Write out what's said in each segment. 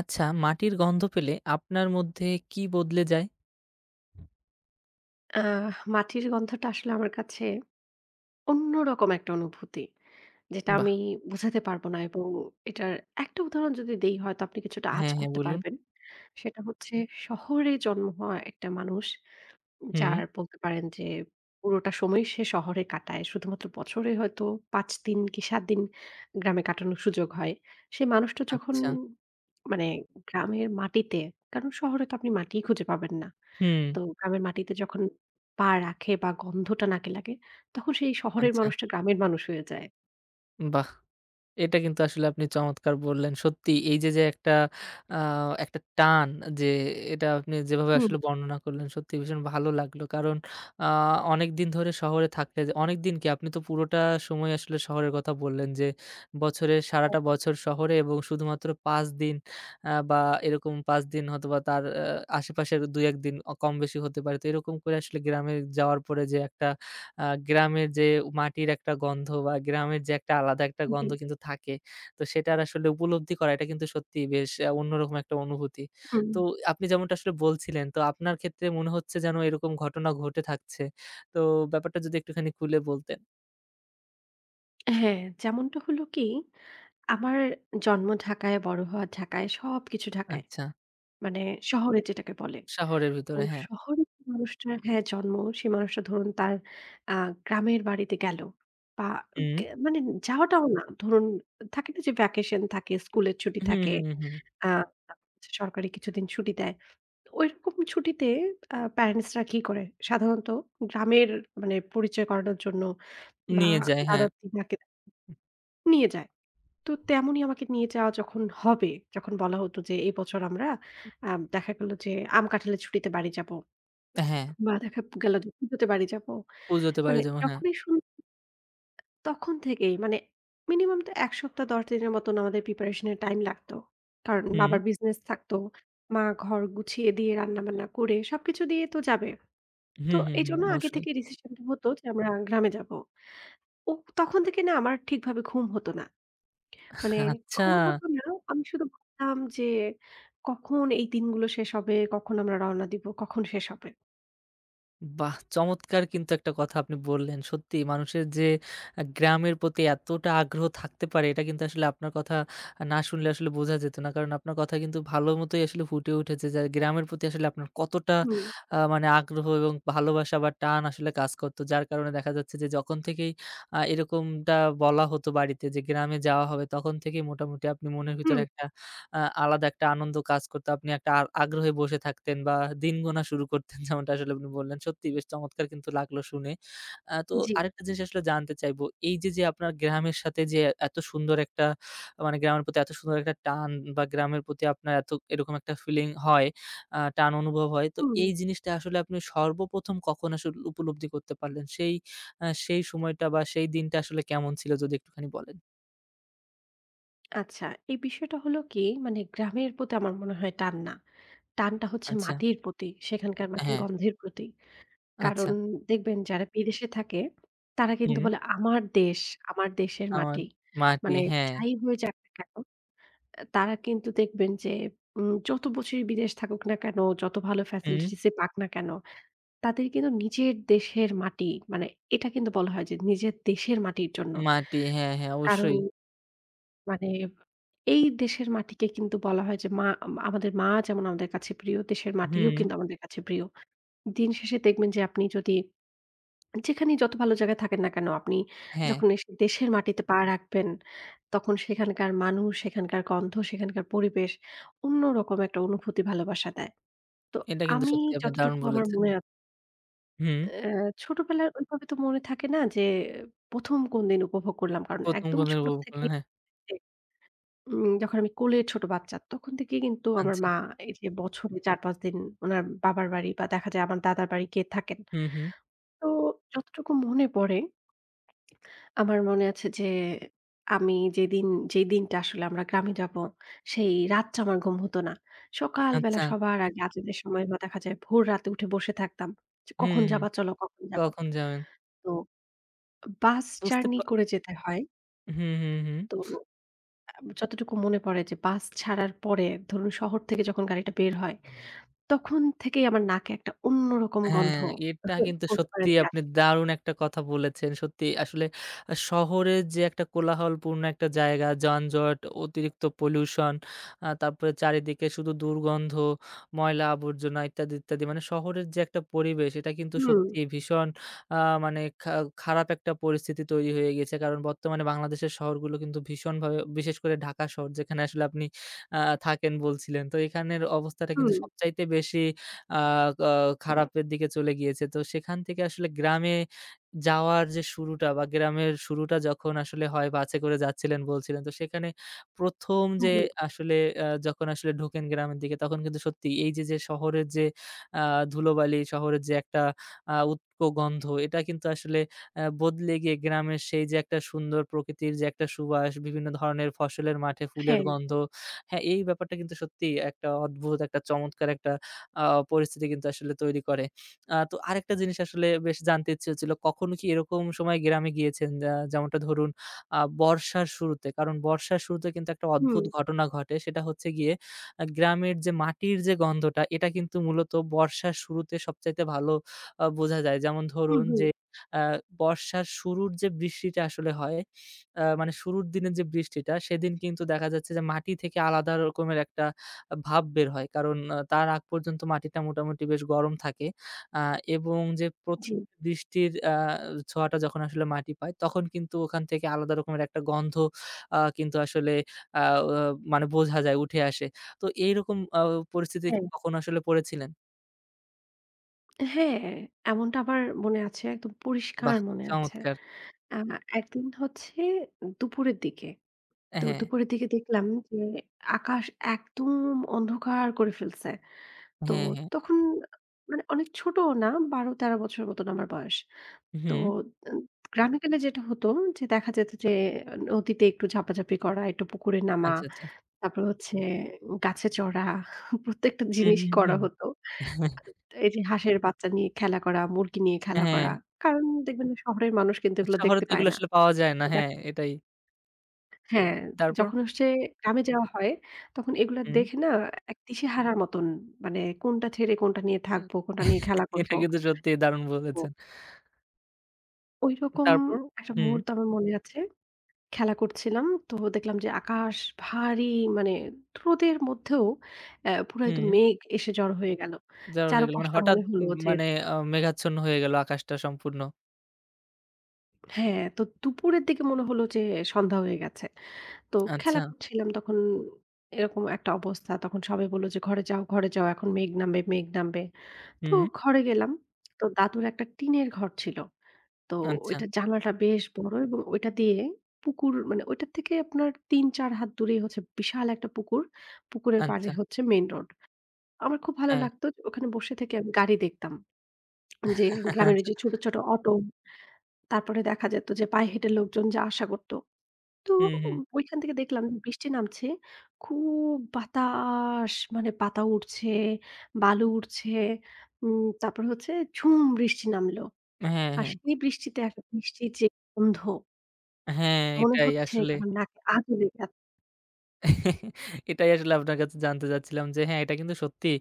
আচ্ছা, মাটির গন্ধ পেলে আপনার মধ্যে কি বদলে যায়? আহ মাটির গন্ধটা আসলে আমার কাছে অন্যরকম একটা অনুভূতি। যেটা বাহ! আমি বোঝাতে পারব না, এবং এটার একটা উদাহরণ যদি দেই হয়তো আপনি কিছুটা আঁচ হ্যাঁ, হ্যাঁ, করতে বলুন। পারবেন। সেটা হচ্ছে শহরে জন্ম হওয়া একটা মানুষ, হুম। যার বলতে পারেন যে পুরোটা সময় সে শহরে কাটায়। শুধুমাত্র বছরে হয়তো ৫ দিন কি ৭ দিন গ্রামে কাটানোর সুযোগ হয়। সেই মানুষটা যখন আচ্ছা। মানে গ্রামের মাটিতে, কারণ শহরে তো আপনি মাটিই খুঁজে পাবেন না। হুম, তো গ্রামের মাটিতে যখন পা রাখে বা গন্ধটা নাকে লাগে, তখন সেই শহরের আচ্ছা, মানুষটা গ্রামের মানুষ হয়ে যায়। বাহ! এটা কিন্তু আসলে আপনি চমৎকার বললেন। সত্যি এই যে, যে একটা আ একটা টান যে এটা আপনি যেভাবে হুম, আসলে বর্ণনা করলেন সত্যি ভীষণ ভালো লাগলো। কারণ আ অনেকদিন ধরে শহরে থাকলে যে অনেকদিন কি আপনি তো পুরোটা সময় আসলে শহরের কথা বললেন যে, বছরের সারাটা বছর শহরে এবং শুধুমাত্র ৫ দিন বা এরকম ৫ দিন হয়তোবা তার আশেপাশের ২-১ দিন কম বেশি হতে পারে। তো এরকম করে আসলে গ্রামে যাওয়ার পরে যে একটা আ গ্রামের যে মাটির একটা গন্ধ বা গ্রামের যে একটা আলাদা একটা জি, গন্ধ কিন্তু থাকে। তো সেটার আসলে উপলব্ধি করা এটা কিন্তু সত্যিই বেশ অন্যরকম একটা অনুভূতি। হুম। তো আপনি যেমনটা আসলে বলছিলেন, তো আপনার ক্ষেত্রে মনে হচ্ছে যেন এরকম ঘটনা ঘটে থাকছে। তো ব্যাপারটা যদি একটুখানি খুলে বলতেন। হ্যাঁ, যেমনটা হলো কি, আমার জন্ম ঢাকায়, বড় হওয়া ঢাকায়, সবকিছু ঢাকায়। আচ্ছা, মানে শহরে যেটাকে বলে। শহরের তো ভিতরে হ্যাঁ। শহরের যে মানুষটার, হ্যাঁ, জন্ম, সেই মানুষটা ধরুন তার আ গ্রামের বাড়িতে গেল বা হুম, মানে যাওয়াটাও না, ধরুন থাকে না যে ভ্যাকেশন থাকে, স্কুলের ছুটি হুম, থাকে, হুম, হুম। আ সরকারি কিছুদিন ছুটি দেয়। ওইরকম ছুটিতে প্যারেন্টস রা কি করে? সাধারণত গ্রামের মানে পরিচয় করানোর জন্য বা নিয়ে যায়, হ্যাঁ, দাদা-দিদাকে নিয়ে যায়। তো তেমনই আমাকে নিয়ে যাওয়া যখন হবে, যখন বলা হতো যে এই বছর আমরা আ দেখা গেল যে আম কাঁঠালের ছুটিতে বাড়ি যাব হ্যাঁ। বা দেখা গেল যে পুজোতে বাড়ি যাব। পুজোতে বাড়ি মানে যাবো, হ্যাঁ। যখনই শুন তখন থেকেই মানে মিনিমাম তো ১ সপ্তাহ ১০ দিনের মতন আমাদের প্রিপারেশন এর টাইম লাগতো। কারণ হুম, বাবার বিজনেস থাকতো। মা ঘর গুছিয়ে দিয়ে রান্না-বান্না করে সবকিছু দিয়ে তো যাবে। তো হুম, হুম, হুম, এইজন্য আগে অবশ্যই। থেকে ডিসিশনটা হতো যে আমরা গ্রামে যাবো। ও তখন থেকে না আমার ঠিকভাবে ঘুম হতো না। মানে আচ্ছা। ঘুম হতো না। আমি শুধু ভাবতাম যে কখন এই দিনগুলো শেষ হবে, কখন আমরা রওনা দিব, কখন শেষ হবে। বাহ! চমৎকার কিন্তু একটা কথা আপনি বললেন। সত্যিই মানুষের যে গ্রামের প্রতি এতটা আগ্রহ থাকতে পারে এটা কিন্তু আসলে আপনার কথা না শুনলে আসলে বোঝা যেত না। কারণ আপনার কথা কিন্তু ভালো মতোই আসলে ফুটে উঠেছে যে গ্রামের প্রতি আসলে আপনার কতটা হুম, মানে আগ্রহ এবং ভালোবাসা বা টান আসলে কাজ করত। যার কারণে দেখা যাচ্ছে যে যখন থেকেই এরকমটা বলা হতো বাড়িতে যে গ্রামে যাওয়া হবে তখন থেকেই মোটামুটি আপনি মনের ভিতরে হুম, একটা আলাদা একটা আনন্দ কাজ করতো। আপনি একটা আগ্রহে বসে থাকতেন বা দিন গোনা শুরু করতেন যেমনটা আসলে আপনি বললেন। সত্যিই বেশ চমৎকার কিন্তু লাগলো শুনে। তো জি, আরেকটা জিনিস আসলে জানতে চাইবো। এই যে, যে আপনার গ্রামের সাথে যে এত সুন্দর একটা মানে গ্রামের প্রতি এত সুন্দর একটা টান বা গ্রামের প্রতি আপনার এত এরকম একটা ফিলিং হয়, টান অনুভব হয়। তো হুম। এই জিনিসটা আসলে আপনি সর্বপ্রথম কখন আসলে উপলব্ধি করতে পারলেন? সেই সেই সময়টা বা সেই দিনটা আসলে কেমন ছিল যদি একটুখানি বলেন? আচ্ছা, এই বিষয়টা হলো কি, মানে গ্রামের প্রতি আমার মনে হয় টান না। টানটা হচ্ছে আচ্ছা। মাটির প্রতি, সেখানকার মাটির হ্যাঁ, গন্ধের প্রতি। আচ্ছা। কারণ দেখবেন যারা বিদেশে থাকে তারা কিন্তু হুম। বলে আমার দেশ, আমার দেশের আমার মাটি। মাটি, মানে হ্যাঁ, যাই হয়ে যাক না কেন, তারা কিন্তু দেখবেন যে যত বছরই বিদেশ থাকুক না কেন, যত ভালো হুম, ফ্যাসিলিটিস এ পাক না কেন, তাদের কিন্তু নিজের দেশের মাটি মানে এটা কিন্তু বলা হয় যে নিজের দেশের মাটির জন্য। মাটি, হ্যাঁ, হ্যাঁ, কারণ অবশ্যই। মানে এই দেশের মাটিকে কিন্তু বলা হয় যে মা, আমাদের মা যেমন আমাদের কাছে প্রিয়, দেশের মাটিও হুম, কিন্তু আমাদের কাছে প্রিয়। দিন শেষে দেখবেন যে আপনি যদি যেখানেই যত ভালো জায়গায় থাকেন না কেন, আপনি হ্যাঁ, যখন এসে দেশের মাটিতে পা রাখবেন, তখন সেখানকার মানুষ, সেখানকার গন্ধ, সেখানকার পরিবেশ অন্যরকম একটা অনুভূতি, ভালোবাসা দেয়। তো এটা কিন্তু আমি সত্যি আপনি দারুণ যতটুকু আমার বলেছেন। মনে আ হুম, অ্যা ছোটবেলার ওইভাবে তো মনে থাকে না যে ১ম কোন দিন উপভোগ করলাম। কারণ ১ম একদম কোণের ছোট উপভোগ করলেন, থেকেই হ্যাঁ, যখন আমি কোলের ছোট বাচ্চা, তখন থেকেই কিন্তু আমার আচ্ছা। মা এই যে বছরে ৪-৫ দিন উনার বাবার বাড়ি বা দেখা যায় আমার দাদার বাড়ি গিয়ে থাকেন। হুম, হুম, তো যতটুকু মনে পড়ে আমার মনে আছে যে আমি যেদিন, যেই দিনটা আসলে আমরা গ্রামে যাব, সেই রাতটা আমার ঘুম হতো না। সকালবেলা আচ্ছা, সবার আগে আজানের সময় বা দেখা যায় ভোর রাতে উঠে বসে থাকতাম। যে হুম, কখন হুম, যাবা চলো, কখন যাবা? তখন যাবেন। তো বাস বুঝতে জার্নি পা করে যেতে হয়। হুম, হুম, হুম। তো যতটুকু মনে পড়ে যে বাস ছাড়ার পরে ধরুন শহর থেকে যখন গাড়িটা বের হয়, তখন থেকেই আমার নাকে একটা অন্যরকম গন্ধ হ্যাঁ, এটা কিন্তু বলতে পারেন সত্যিই যে আপনি আসে। দারুণ একটা কথা বলেছেন। সত্যিই আসলে শহরের যে একটা কোলাহলপূর্ণ একটা জায়গা, যানজট, অতিরিক্ত পলিউশন, তারপরে চারিদিকে শুধু দুর্গন্ধ, ময়লা আবর্জনা ইত্যাদি, ইত্যাদি। মানে শহরের যে একটা পরিবেশ এটা কিন্তু হুম, সত্যিই ভীষণ আ মানে খারাপ একটা পরিস্থিতি তৈরি হয়ে গেছে। কারণ বর্তমানে বাংলাদেশের শহরগুলো কিন্তু ভীষণভাবে বিশেষ করে ঢাকা শহর যেখানে আসলে আপনি আ থাকেন বলছিলেন। তো এখানের অবস্থাটা কিন্তু হুম, সবচাইতে বেশি আ আ খারাপের দিকে চলে গিয়েছে। তো সেখান থেকে আসলে গ্রামে যাওয়ার যে শুরুটা বা গ্রামের শুরুটা যখন আসলে হয় বাসে করে যাচ্ছিলেন বলছিলেন। তো সেখানে ১ম যে জি, আসলে যখন আসলে ঢোকেন গ্রামের দিকে তখন কিন্তু সত্যি এই যে, যে শহরের যে আ ধুলোবালি, শহরের যে একটা উটকো গন্ধ এটা কিন্তু আসলে বদলে গিয়ে গ্রামের সেই যে একটা সুন্দর প্রকৃতির যে একটা সুবাস, বিভিন্ন ধরনের ফসলের মাঠে ফুলের হ্যাঁ, গন্ধ। হ্যাঁ, এই ব্যাপারটা কিন্তু সত্যিই একটা অদ্ভুত একটা চমৎকার একটা আ পরিস্থিতি কিন্তু আসলে তৈরি করে। তো আরেকটা জিনিস আসলে বেশ জানতে ইচ্ছে হচ্ছিল, কখনো কি এরকম সময় গ্রামে গিয়েছেন যেমনটা ধরুন বর্ষার শুরুতে? কারণ বর্ষার শুরুতে কিন্তু একটা হুম, অদ্ভুত ঘটনা ঘটে। সেটা হচ্ছে গিয়ে গ্রামের যে মাটির যে গন্ধটা এটা কিন্তু মূলত বর্ষার শুরুতে সবচাইতে ভালো বোঝা যায়। যেমন হুম, ধরুন হুম, যে আ বর্ষার শুরুর যে বৃষ্টিটা আসলে হয় মানে শুরুর দিনের যে বৃষ্টিটা সেদিন কিন্তু দেখা যাচ্ছে যে মাটি থেকে আলাদা রকমের একটা ভাপ বের হয়। কারণ তার আগ পর্যন্ত মাটিটা মোটামুটি বেশ গরম থাকে। আ এবং যে ১ম জি, বৃষ্টির ছোঁয়াটা যখন আসলে মাটি পায়, তখন কিন্তু ওখান থেকে আলাদা রকমের একটা গন্ধ কিন্তু আসলে আ ও মানে বোঝা যায়, উঠে আসে। তো এইরকম পরিস্থিতি কি হ্যাঁ। কখনো আসলে পড়েছিলেন? হ্যাঁ, এমনটা আমার মনে আছে। একদম পরিষ্কার বাহ! মনে আছে। চমৎকার। আ একদিন হচ্ছে দুপুরের দিকে। তো হ্যাঁ, দুপুরের দিকে দেখলাম যে আকাশ একদম অন্ধকার করে ফেলছে। তো হ্যাঁ, হ্যাঁ। তখন মানে অনেক ছোটও না, ১২-১৩ বছর মতন আমার বয়স। তো হুম, আ গ্রামে গেলে যেটা হতো যে দেখা যেত যে নদীতে একটু ঝাপাঝাপি করা, একটু পুকুরে নামা, আচ্ছা, আচ্ছা। তারপর হচ্ছে গাছে চড়া, প্রত্যেকটা হুম, জিনিস হুম, করা হুম। হতো। এই যে হাঁসের বাচ্চা নিয়ে খেলা করা, মুরগি নিয়ে খেলা হ্যাঁ, করা। কারণ দেখবেন যে শহরের মানুষ কিন্তু এগুলো শহরে দেখতে তো পায় এগুলো না। আসলে পাওয়া যায় না। তো হ্যাঁ, দেখা, এটাই। হ্যাঁ, তারপর? যখন হচ্ছে গ্রামে যাওয়া হয় তখন এগুলা হুম। দেখে না, এক দিশেহারার মতন, মানে কোনটা ছেড়ে কোনটা নিয়ে থাকবো, কোনটা নিয়ে খেলা করব। এটা কিন্তু সত্যিই দারুণ তো বলেছেন। ঐরকম তারপর? একটা হুম, মুহূর্ত আমার মনে আছে। খেলা করছিলাম। তো দেখলাম যে আকাশ ভারী, মানে রোদের মধ্যেও পুরা একদম হুম। মেঘ এসে জড়ো হয়ে গেল। যাওয়া হয়ে গেল। মানে চারপাশটা হঠাৎ মনে হলো যে, মানে মেঘাচ্ছন্ন হয়ে গেল আকাশটা সম্পূর্ণ। হ্যাঁ, তো দুপুরের দিকে মনে হলো যে সন্ধ্যা হয়ে গেছে। তো আচ্ছা। খেলা করছিলাম তখন এরকম একটা অবস্থা। তখন সবাই বলল যে, "ঘরে যাও, ঘরে যাও। এখন মেঘ নামবে, মেঘ নামবে।" তো হুম, ঘরে গেলাম। তো দাদুর একটা টিনের ঘর ছিল। তো আচ্ছা, ওইটার জানালাটা বেশ বড়, এবং ওইটা দিয়ে পুকুর, মানে ওইটার থেকে আপনার ৩-৪ হাত দূরেই হচ্ছে বিশাল একটা পুকুর। পুকুরের পাড়ে আচ্ছা। হচ্ছে মেইন রোড। আমার খুব ভালো হ্যাঁ। লাগতো যে ওখানে বসে থেকে আমি গাড়ি দেখতাম। যে গ্রামের ওই আচ্ছা। যে ছোট, ছোট অটো, তারপরে দেখা যেত যে পায়ে হেঁটে লোকজন যা আসা করত, তো হুম, হুম। ওইখান থেকে দেখলাম বৃষ্টি নামছে। খুব বাতাস, মানে পাতা উড়ছে, বালু উড়ছে। তারপর হচ্ছে ঝুম বৃষ্টি নামলো। হ্যাঁ, আর হ্যাঁ। সেই বৃষ্টিতে একটা বৃষ্টির যে গন্ধ, হ্যাঁ, মনে এটাই হচ্ছে আসলে। এটা আমার নাকে আজও লেগে আছে। এটাই আসলে আপনার কাছে জানতে চাচ্ছিলাম যে হ্যাঁ, এটা কিন্তু সত্যি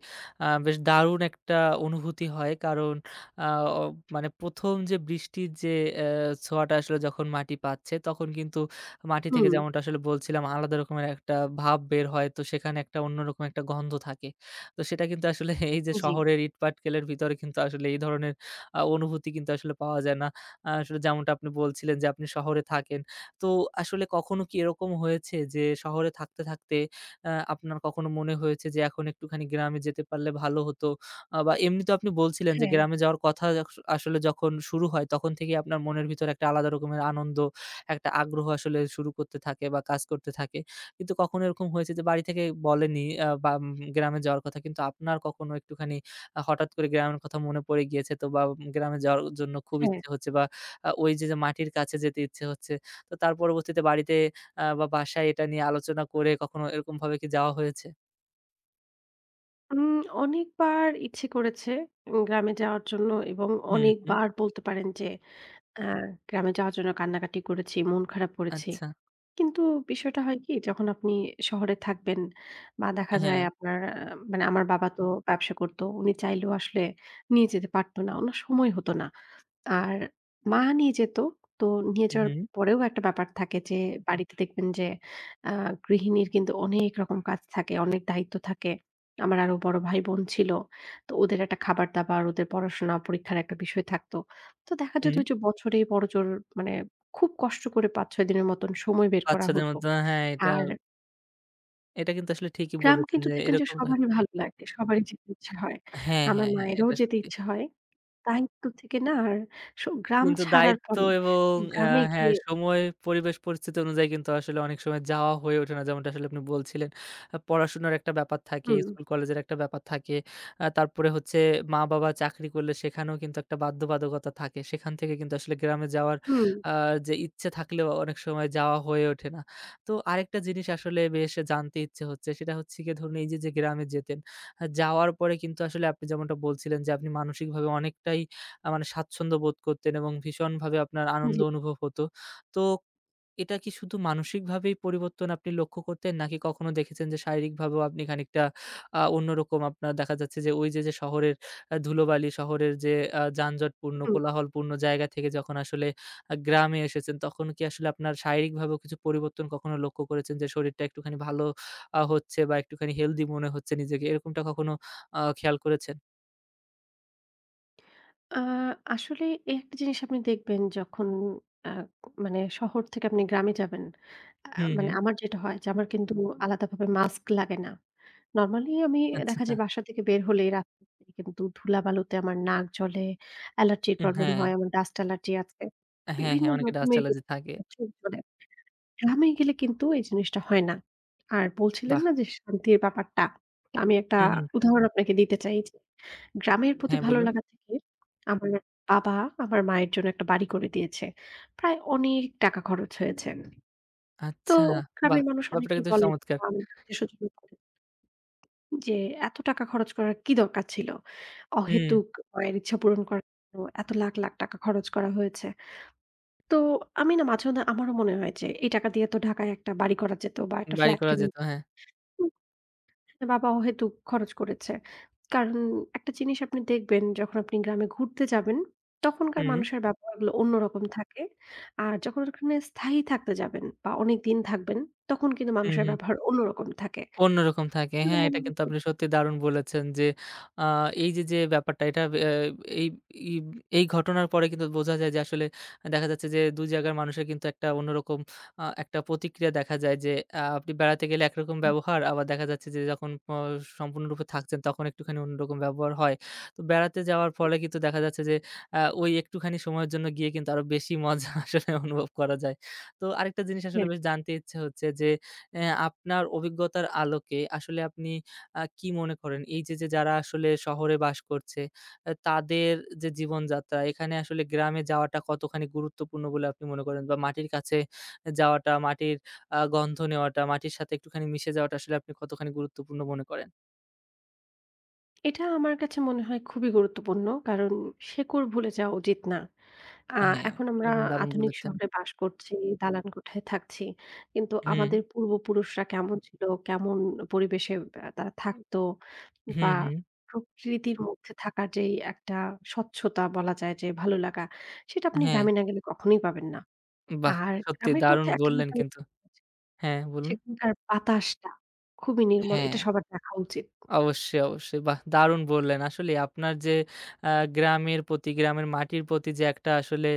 বেশ দারুণ একটা অনুভূতি হয়। কারণ আ অ মানে ১ম যে বৃষ্টির যে ছোঁয়াটা আসলে যখন মাটি পাচ্ছে, তখন কিন্তু মাটি থেকে হুম, যেমনটা আসলে বলছিলাম আলাদা রকমের একটা ভাব বের হয়। তো সেখানে একটা অন্যরকম একটা গন্ধ থাকে। তো সেটা কিন্তু আসলে এই যে জি। শহরের ইটপাটকেলের ভিতরে কিন্তু আসলে এই ধরনের অনুভূতি কিন্তু আসলে পাওয়া যায় না। আসলে যেমনটা আপনি বলছিলেন যে আপনি শহরে থাকেন। তো আসলে কখনো কি এরকম হয়েছে যে শহরে থাকতে, থাকতে আপনার কখনো মনে হয়েছে যে এখন একটুখানি গ্রামে যেতে পারলে ভালো হতো? বা এমনি তো আপনি বলছিলেন যে হ্যাঁ, গ্রামে যাওয়ার কথা আসলে যখন শুরু হয় তখন থেকেই আপনার মনের ভিতরে একটা আলাদা রকমের আনন্দ, একটা আগ্রহ আসলে শুরু করতে থাকে বা কাজ করতে থাকে। কিন্তু কখনো এরকম হয়েছে যে বাড়ি থেকে বলেনি আ বা উম গ্রামে যাওয়ার কথা কিন্তু আপনার কখনো একটুখানি হঠাৎ করে গ্রামের কথা মনে পড়ে গিয়েছে তো বা গ্রামে যাওয়ার জন্য খুব হ্যাঁ। ইচ্ছে হচ্ছে বা ওই যে, যে মাটির কাছে যেতে ইচ্ছে হচ্ছে তো তার পরবর্তীতে বাড়িতে বা বাসায় এটা নিয়ে আলোচনা করে কখনো এরকমভাবে কি যাওয়া হয়েছে? উম অনেকবার ইচ্ছে করেছে, গ্রামে যাওয়ার জন্য, এবং হুম, হুম। অনেকবার বলতে পারেন যে অ্যা গ্রামে যাওয়ার জন্য কান্নাকাটি করেছি, মন খারাপ করেছি। আচ্ছা। কিন্তু বিষয়টা হয় কি? যখন আপনি শহরে থাকবেন বা দেখা যায় হ্যাঁ। আপনার মানে আমার বাবা তো ব্যবসা করতো। উনি চাইলেও আসলে নিয়ে যেতে পারত না। উনার সময় হতো না। আর মা নিয়ে যেত। তো নিয়ে যাওয়ার হুম, পরেও একটা ব্যাপার থাকে যে বাড়িতে দেখবেন যে আ গৃহিণীর কিন্তু অনেক রকম কাজ থাকে, অনেক দায়িত্ব থাকে। আমার আরো বড় ভাই-বোন ছিল। তো ওদের একটা খাবার-দাবার, ওদের পড়াশোনা, পরীক্ষার একটা বিষয় থাকতো। তো দেখা যেত হুম। ওই যে বছরে বড়জোর মানে খুব কষ্ট করে ৫-৬ দিনের মতন সময় বের করা বাচ্চাদের হতো। মতো, হ্যাঁ, এটা আর এটা কিন্তু আসলে ঠিকই গ্রাম বলেছেন কিন্তু যে দেখবেন যে এরকমটা সবারই ভালো লাগে, সবারই যেতে ইচ্ছে হয়। হ্যাঁ, আমার হ্যাঁ, হ্যাঁ, মায়েরও এটা যেতে সত্যি। ইচ্ছে হয়। দায়িত্ব থেকে না আর গ্রাম কিন্তু ছাড়ার দায়িত্ব পরে এবং সেই গ্রামে হ্যাঁ, গিয়ে সময়, পরিবেশ, পরিস্থিতি অনুযায়ী কিন্তু আসলে অনেক সময় যাওয়া হয়ে ওঠে না। যেমনটা আসলে আপনি বলছিলেন। পড়াশোনার একটা ব্যাপার থাকে, হুম, স্কুল কলেজের একটা ব্যাপার থাকে। তারপরে হচ্ছে মা-বাবা চাকরি করলে সেখানেও কিন্তু একটা বাধ্যবাধকতা থাকে। সেখান থেকে কিন্তু আসলে গ্রামে যাওয়ার হুম, আ যে ইচ্ছে থাকলেও অনেক সময় যাওয়া হয়ে ওঠে না। তো আরেকটা জিনিস আসলে বেশ জানতে ইচ্ছে হচ্ছে। সেটা হচ্ছে গিয়ে ধরুন এই যে, যে গ্রামে যেতেন, যাওয়ার পরে কিন্তু আসলে আপনি যেমনটা বলছিলেন যে আপনি মানসিকভাবে অনেকটাই মানে স্বাচ্ছন্দ্য বোধ করতেন এবং ভীষণভাবে আপনার আনন্দ জি, অনুভব হতো। তো এটা কি শুধু মানসিকভাবেই পরিবর্তন আপনি লক্ষ্য করতেন? নাকি কখনো দেখেছেন যে শারীরিকভাবেও আপনি খানিকটা অন্যরকম আপনার দেখা যাচ্ছে যে ওই যে, যে শহরের ধুলোবালি, শহরের যে যানজটপূর্ণ, হুম। কোলাহলপূর্ণ জায়গা থেকে যখন আসলে গ্রামে এসেছেন তখন কি আসলে আপনার শারীরিকভাবেও কিছু পরিবর্তন কখনো লক্ষ্য করেছেন যে শরীরটা একটুখানি ভালো হচ্ছে বা একটুখানি হেলথি মনে হচ্ছে নিজেকে এরকমটা কখনো খেয়াল করেছেন? আ আসলে এই একটা জিনিস আপনি দেখবেন যখন আ মানে শহর থেকে আপনি গ্রামে যাবেন, আ হুম, মানে হুম। আমার যেটা হয় যে আমার কিন্তু আলাদাভাবে মাস্ক লাগে না। নরমালি আমি আচ্ছা, দেখা আচ্ছা। যায় বাসা থেকে বের হলেই রাস্তা কিন্তু ধুলাবালুতে আমার নাক জ্বলে, অ্যালার্জির প্রবলেম হ্যাঁ। হয়, আমার ডাস্ট অ্যালার্জি আছে। হ্যাঁ, বিভিন্ন হ্যাঁ, অনেকের ডাস্ট রকমের অ্যালার্জি থাকে। কিন্তু চুল জ্বলে। গ্রামে গেলে কিন্তু এই জিনিসটা হয় না। আর বলছিলেন বাহ! না যে শান্তির ব্যাপারটা, আমি একটা হুম, হুম। উদাহরণ আপনাকে দিতে চাই যে গ্রামের প্রতি হ্যাঁ, ভালো বলুন। লাগা থেকে আমার বাবা আমার মায়ের জন্য একটা বাড়ি করে দিয়েছে। প্রায় অনেক টাকা খরচ হয়েছে। তো আচ্ছা, বাহ! গ্রামের মানুষ ব্যাপারটা অনেকেই কিন্তু বলে চমৎকার। বা আমার আত্মীয়স্বজন বলে যে, "এত টাকা খরচ করার কি দরকার ছিল? হুম, অহেতুক মায়ের ইচ্ছা পূরণ করার জন্য এত লাখ, লাখ টাকা খরচ করা হয়েছে।" তো আমি না মাঝে মধ্যে আমারও মনে হয় যে এই টাকা দিয়ে তো ঢাকায় একটা বাড়ি করা যেত বা একটা বাড়ি ফ্ল্যাট করা কেনা, যেত। হ্যাঁ। আসলে বাবা অহেতুক খরচ করেছে। কারণ একটা জিনিস আপনি দেখবেন যখন আপনি গ্রামে ঘুরতে যাবেন, তখনকার হুম, মানুষের ব্যবহারগুলো অন্যরকম থাকে। আর যখন ওখানে স্থায়ী থাকতে যাবেন বা অনেকদিন থাকবেন, তখন কিন্তু হুম, মানুষের হুম। ব্যবহার অন্যরকম থাকে। অন্যরকম থাকে। আমার হ্যাঁ, মনে এটা কিন্তু হতো, আপনি সত্যি দারুণ বলেছেন যে, আ এই যে, যে, ব্যাপারটা এটা অ্যা এই ই এই ঘটনার পরে কিন্তু বোঝা যায় যে, আসলে দেখা যাচ্ছে যে, ২ জায়গার মানুষের কিন্তু একটা অন্যরকম একটা প্রতিক্রিয়া দেখা যায় যে, আপনি বেড়াতে গেলে একরকম হুম, ব্যবহার আবার দেখা যাচ্ছে যে, যখন প সম্পূর্ণরূপে থাকছেন তখন একটুখানি অন্যরকম ব্যবহার হয়। তো বেড়াতে যাওয়ার হুম, ফলে কিন্তু দেখা যাচ্ছে যে, ওই একটুখানি সময়ের জন্য গিয়ে কিন্তু আরো বেশি মজা আসলে অনুভব করা যায়। তো আরেকটা জিনিস আসলে হ্যাঁ, বেশ জানতে ইচ্ছে হচ্ছে যে আপনার অভিজ্ঞতার আলোকে আসলে আপনি কি মনে করেন? এই যে, যে যারা আসলে শহরে বাস করছে, তাদের যে জীবনযাত্রা, এখানে আসলে গ্রামে যাওয়াটা কতখানি গুরুত্বপূর্ণ বলে আপনি মনে করেন? বা মাটির কাছে যাওয়াটা, মাটির গন্ধ নেওয়াটা, মাটির সাথে একটুখানি মিশে যাওয়াটা আসলে আপনি কতখানি গুরুত্বপূর্ণ মনে করেন? এটা আমার কাছে মনে হয় খুবই গুরুত্বপূর্ণ। কারণ শেকড় ভুলে যাওয়া উচিত না। আ হ্যাঁ, এখন আমরা এটা কিন্তু দারুণ আধুনিক বলেছেন। শহরে বাস করছি, দালান কোঠায় থাকছি। কিন্তু হুম, আমাদের পূর্বপুরুষরা কেমন ছিল, কেমন পরিবেশে তারা থাকতো বা হুম, হুম। প্রকৃতির মধ্যে থাকার যেই একটা স্বচ্ছতা বলা যায় যে ভালো লাগা, সেটা আপনি হ্যাঁ, গ্রামে না গেলে কখনোই পাবেন না। বাহ! আর সত্যি গ্রামের দারুণ মধ্যে একটা জিনিস বললেন আমি কিন্তু। দেখেছি, হ্যাঁ, বলুন। সেখানকার বাতাসটা খুবই নির্মল। হ্যাঁ। এটা সবার দেখা উচিত। অবশ্যই, অবশ্যই। বাহ! দারুণ বললেন। আসলেই আপনার যে আ গ্রামের প্রতি, গ্রামের মাটির প্রতি যে একটা আসলে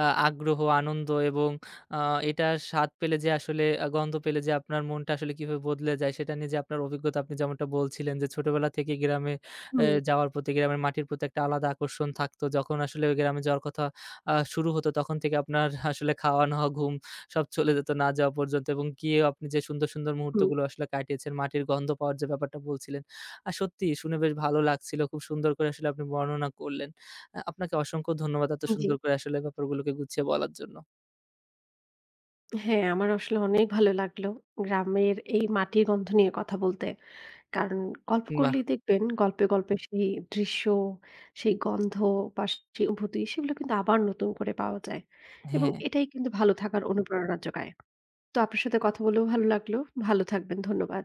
আগ্রহ, আনন্দ এবং আ এটার স্বাদ পেলে যে আসলে গন্ধ পেলে যে আপনার মনটা আসলে কিভাবে বদলে যায় সেটা নিয়ে যে আপনার অভিজ্ঞতা আপনি যেমনটা বলছিলেন যে ছোটবেলা থেকেই গ্রামে হুম, যাওয়ার প্রতি, গ্রামের মাটির প্রতি একটা আলাদা আকর্ষণ থাকতো। যখন আসলে ওই গ্রামে যাওয়ার কথা শুরু হতো তখন থেকে আপনার আসলে খাওয়া-নাওয়া, ঘুম সব চলে যেত না যাওয়া পর্যন্ত এবং গিয়েও আপনি যে সুন্দর, সুন্দর হুম, মুহূর্তগুলো আসলে কাটিয়েছেন, মাটির গন্ধ পাওয়ার যে ব্যাপারটা বলছিলেন আর সত্যি শুনে বেশ ভালো লাগছিল। খুব সুন্দর করে আসলে আপনি বর্ণনা করলেন। আপনাকে অসংখ্য ধন্যবাদ এত জি। সুন্দর করে আসলে ব্যাপারগুলোকে গুছিয়ে বলার জন্য। হ্যাঁ, আমার আসলে অনেক ভালো লাগলো গ্রামের এই মাটির গন্ধ নিয়ে কথা বলতে। কারণ গল্প বাহ! করলেই দেখবেন গল্পে, গল্পে সেই দৃশ্য, সেই গন্ধ বা সেই অনুভূতি, সেগুলো কিন্তু আবার নতুন করে পাওয়া যায়। এবং হ্যাঁ। এটাই কিন্তু ভালো থাকার অনুপ্রেরণা যোগায়। তো আপনার সাথে কথা বলেও ভালো লাগলো। ভালো থাকবেন। ধন্যবাদ।